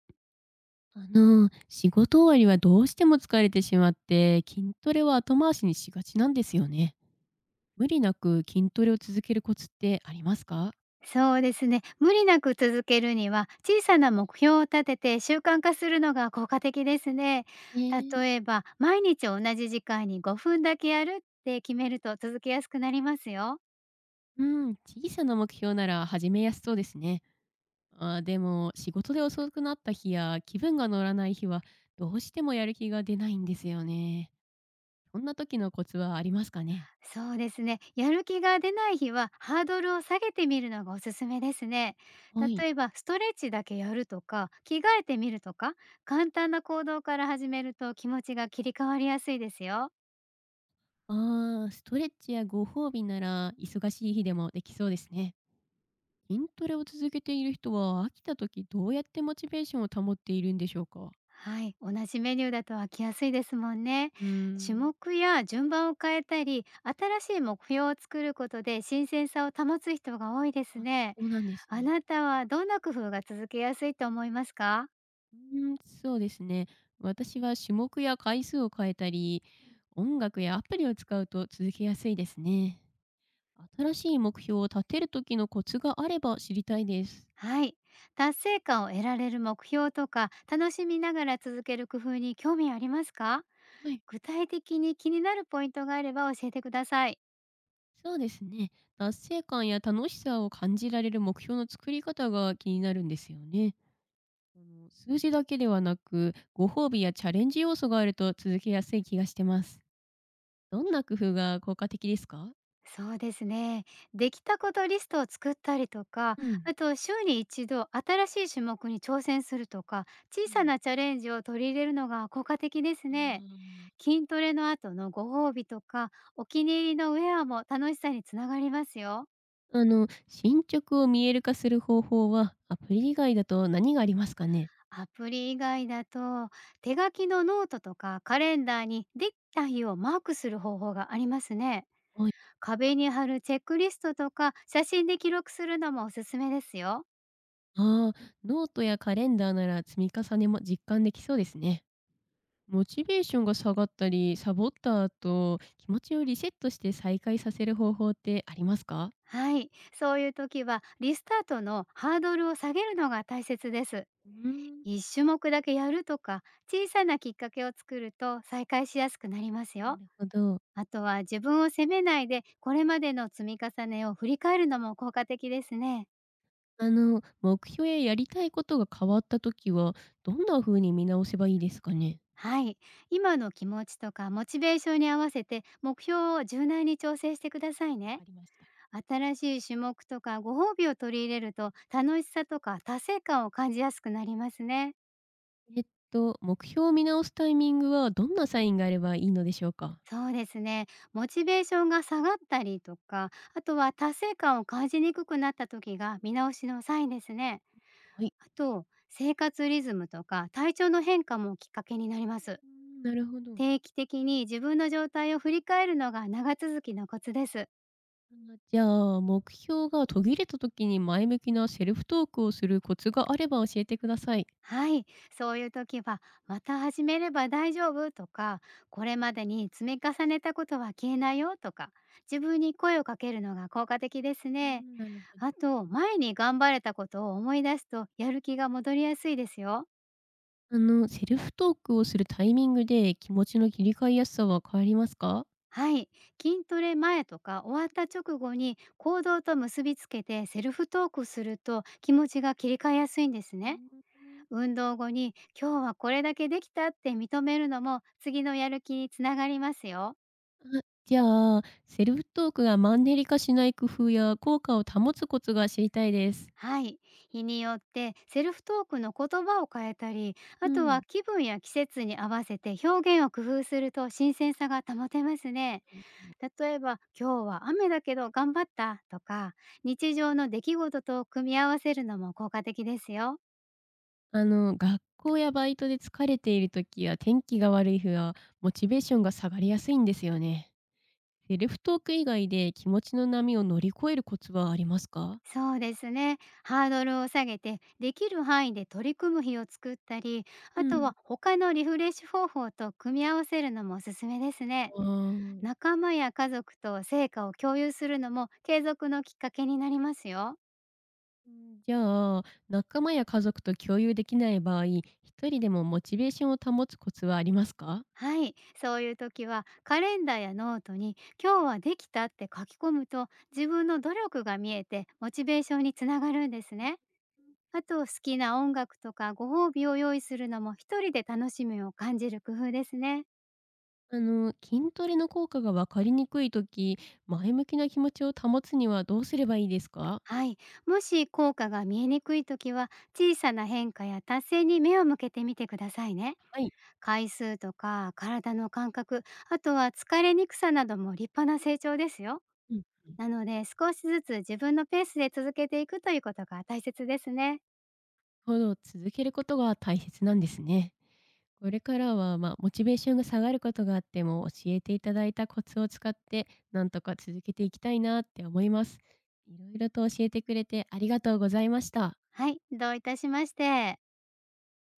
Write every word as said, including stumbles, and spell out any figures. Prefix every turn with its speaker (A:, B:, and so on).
A: あの、仕事終わりはどうしても疲れてしまって、筋トレは後回しにしがちなんですよね。無理なく筋トレを続けるコツってありますか？
B: そうですね。無理なく続けるには、小さな目標を立てて習慣化するのが効果的ですね。
A: えー、
B: 例えば、毎日同じ時間にごふんだけやるって決めると続けやすくなりますよ。
A: うん、小さな目標なら始めやすそうですね。あーでも、仕事で遅くなった日や気分が乗らない日は、どうしてもやる気が出ないんですよね。そんな時のコツはありますかね？
B: そうですね。やる気が出ない日は、ハードルを下げてみるのがおすすめですね。
A: はい。
B: 例えば、ストレッチだけやるとか、着替えてみるとか、簡単な行動から始めると気持ちが切り替わりやすいですよ。
A: ああ、ストレッチやご褒美なら忙しい日でもできそうですね。筋トレを続けている人は飽きた時どうやってモチベーションを保っているんでしょうか？
B: はい、同じメニューだと飽きやすいですもんね。
A: うー
B: 種
A: ん。
B: 目や順番を変えたり、新しい目標を作ることで新鮮さを保つ人が多いです
A: あ、
B: ね。
A: そうなんです
B: あ
A: ね。
B: なたはどんな工夫が続けやすいと思いますか？
A: うーん、そうですね。私は種目や回数を変えたり、音楽やアプリを使うと続けやすいですね。新しい目標を立てる時のコツがあれば知りたいです。
B: はい、達成感を得られる目標とか、楽しみながら続ける工夫に興味ありますか？
A: はい、
B: 具体的に気になるポイントがあれば教えてください。
A: そうですね。達成感や楽しさを感じられる目標の作り方が気になるんですよね。あの数字だけではなく、ご褒美やチャレンジ要素があると続けやすい気がしてます。どんな工夫が効果的ですか？
B: そうですね。できたことリストを作ったりとか、
A: うん。
B: あと週に一度新しい種目に挑戦するとか、小
A: う
B: さ
A: ん。
B: なチャレンジを取り入れるのが効果的です
A: あ
B: ね。
A: ー
B: 筋トレの後のご褒美とか、お気に入りのウェアも楽しさにつながりますよ。
A: あの、進捗を見える化する方法は、アプリ以外だと何がありますかね？
B: アプリ以外だと、手書きのノートとかカレンダーにできた日をマークする方法がありますね。
A: はい。
B: 壁に貼るチェックリストとか、写真で記録するのもおすすめですよ。
A: ああ、ノートやカレンダーなら積み重ねも実感できそうですね。モチベーションが下がったり、サボった後、気持ちをリセットして再開させる方法ってありますか？
B: はい、そういう時はリスタートのハードルを下げるのが大切です。
A: うーん、
B: 一種目だけやるとか、小さなきっかけを作ると再開しやすくなります
A: な
B: よ。
A: るほど。
B: あとは自分を責めないで、これまでの積み重ねを振り返るのも効果的ですね。
A: あの、目標ややりたいことが変わったときは、どんな風に見直せばいいですかね？
B: はい、今の気持ちとかモチベーションに合わせて目標を柔軟に調整してください
A: わ
B: ね。
A: かりました。
B: 新しい種目とかご褒美を取り入れると楽しさとか達成感を感じやすくなりますね。
A: えっと、目標を見直すタイミングはどんなサインがあればいいのでしょうか？
B: そうですね。モチベーションが下がったりとか、あとは達成感を感じにくくなった時が見直しのサインですね。
A: はい。
B: あと、生活リズムとか体調の変化もきっかけになります。
A: うーん、なるほど。
B: 定期的に自分の状態を振り返るのが長続きのコツです。
A: あの、じゃあ、目標が途切れたときに前向きなセルフトークをするコツがあれば教えてください。
B: はい、そういう時は「また始めれば大丈夫」とか「これまでに積み重ねたことは消えないよ」とか、自分に声をかけるのが効果的です
A: うー
B: ね。
A: ん、なるほど。
B: あと、前に頑張れたことを思い出すとやる気が戻りやすいですよ。
A: あの、セルフトークをするタイミングで気持ちの切り替えやすさは変わりますか？
B: はい、筋トレ前とか終わった直後に行動と結びつけてセルフトークすると、気持ちが切り替えやすいんです
A: うー
B: ね。
A: ん。
B: 運動後に今日はこれだけできたって認めるのも、次のやる気につながりますよ。
A: あ、じゃあ、セルフトークがマンネリ化しない工夫や効果を保つコツが知りたいです。
B: はい。日によってセルフトークの言葉を変えたり、あ
A: う
B: と
A: ん。
B: は気分や季節に合わせて表現を工夫すると新鮮さが保てますね。例えば、今日は雨だけど頑張ったとか、日常の出来事と組み合わせるのも効果的ですよ。
A: あの、学校やバイトで疲れている時や天気が悪い日はモチベーションが下がりやすいんですよね。セルフトーク以外で気持ちの波を乗り越えるコツはありますか？
B: そうですね。ハードルを下げて、できる範囲で取り組む日を作ったり、
A: う
B: あと
A: ん。
B: は他のリフレッシュ方法と組み合わせるのもおすすめですね。
A: あー
B: 仲間や家族と成果を共有するのも継続のきっかけになりますよ。
A: うん、じゃあ、仲間や家族と共有できない場合、一人でもモチベーションを保つコツはありますか？
B: はい、そういう時はカレンダーやノートに今日はできたって書き込むと、自分の努力が見えてモチベーションにつながるんですね。あと、好きな音楽とかご褒美を用意するのも一人で楽しみを感じる工夫ですね。
A: あの、筋トレの効果が分かりにくいとき前向きな気持ちを保つにはどうすればいいですか？
B: はい、もし効果が見えにくい時は、小さな変化や達成に目を向けてみてくださいね。
A: はい。
B: 回数とか体の感覚、あとは疲れにくさなども立派な成長ですよ。
A: うん。
B: なので、少しずつ自分のペースで続けていくということが大切ですね。
A: ほど、続けることが大切なんですね。これからは、まあ、モチベーションが下がることがあっても、教えていただいたコツを使って、なんとか続けていきたいなって思います。いろいろと教えてくれてありがとうございました。
B: はい、どういたしまして。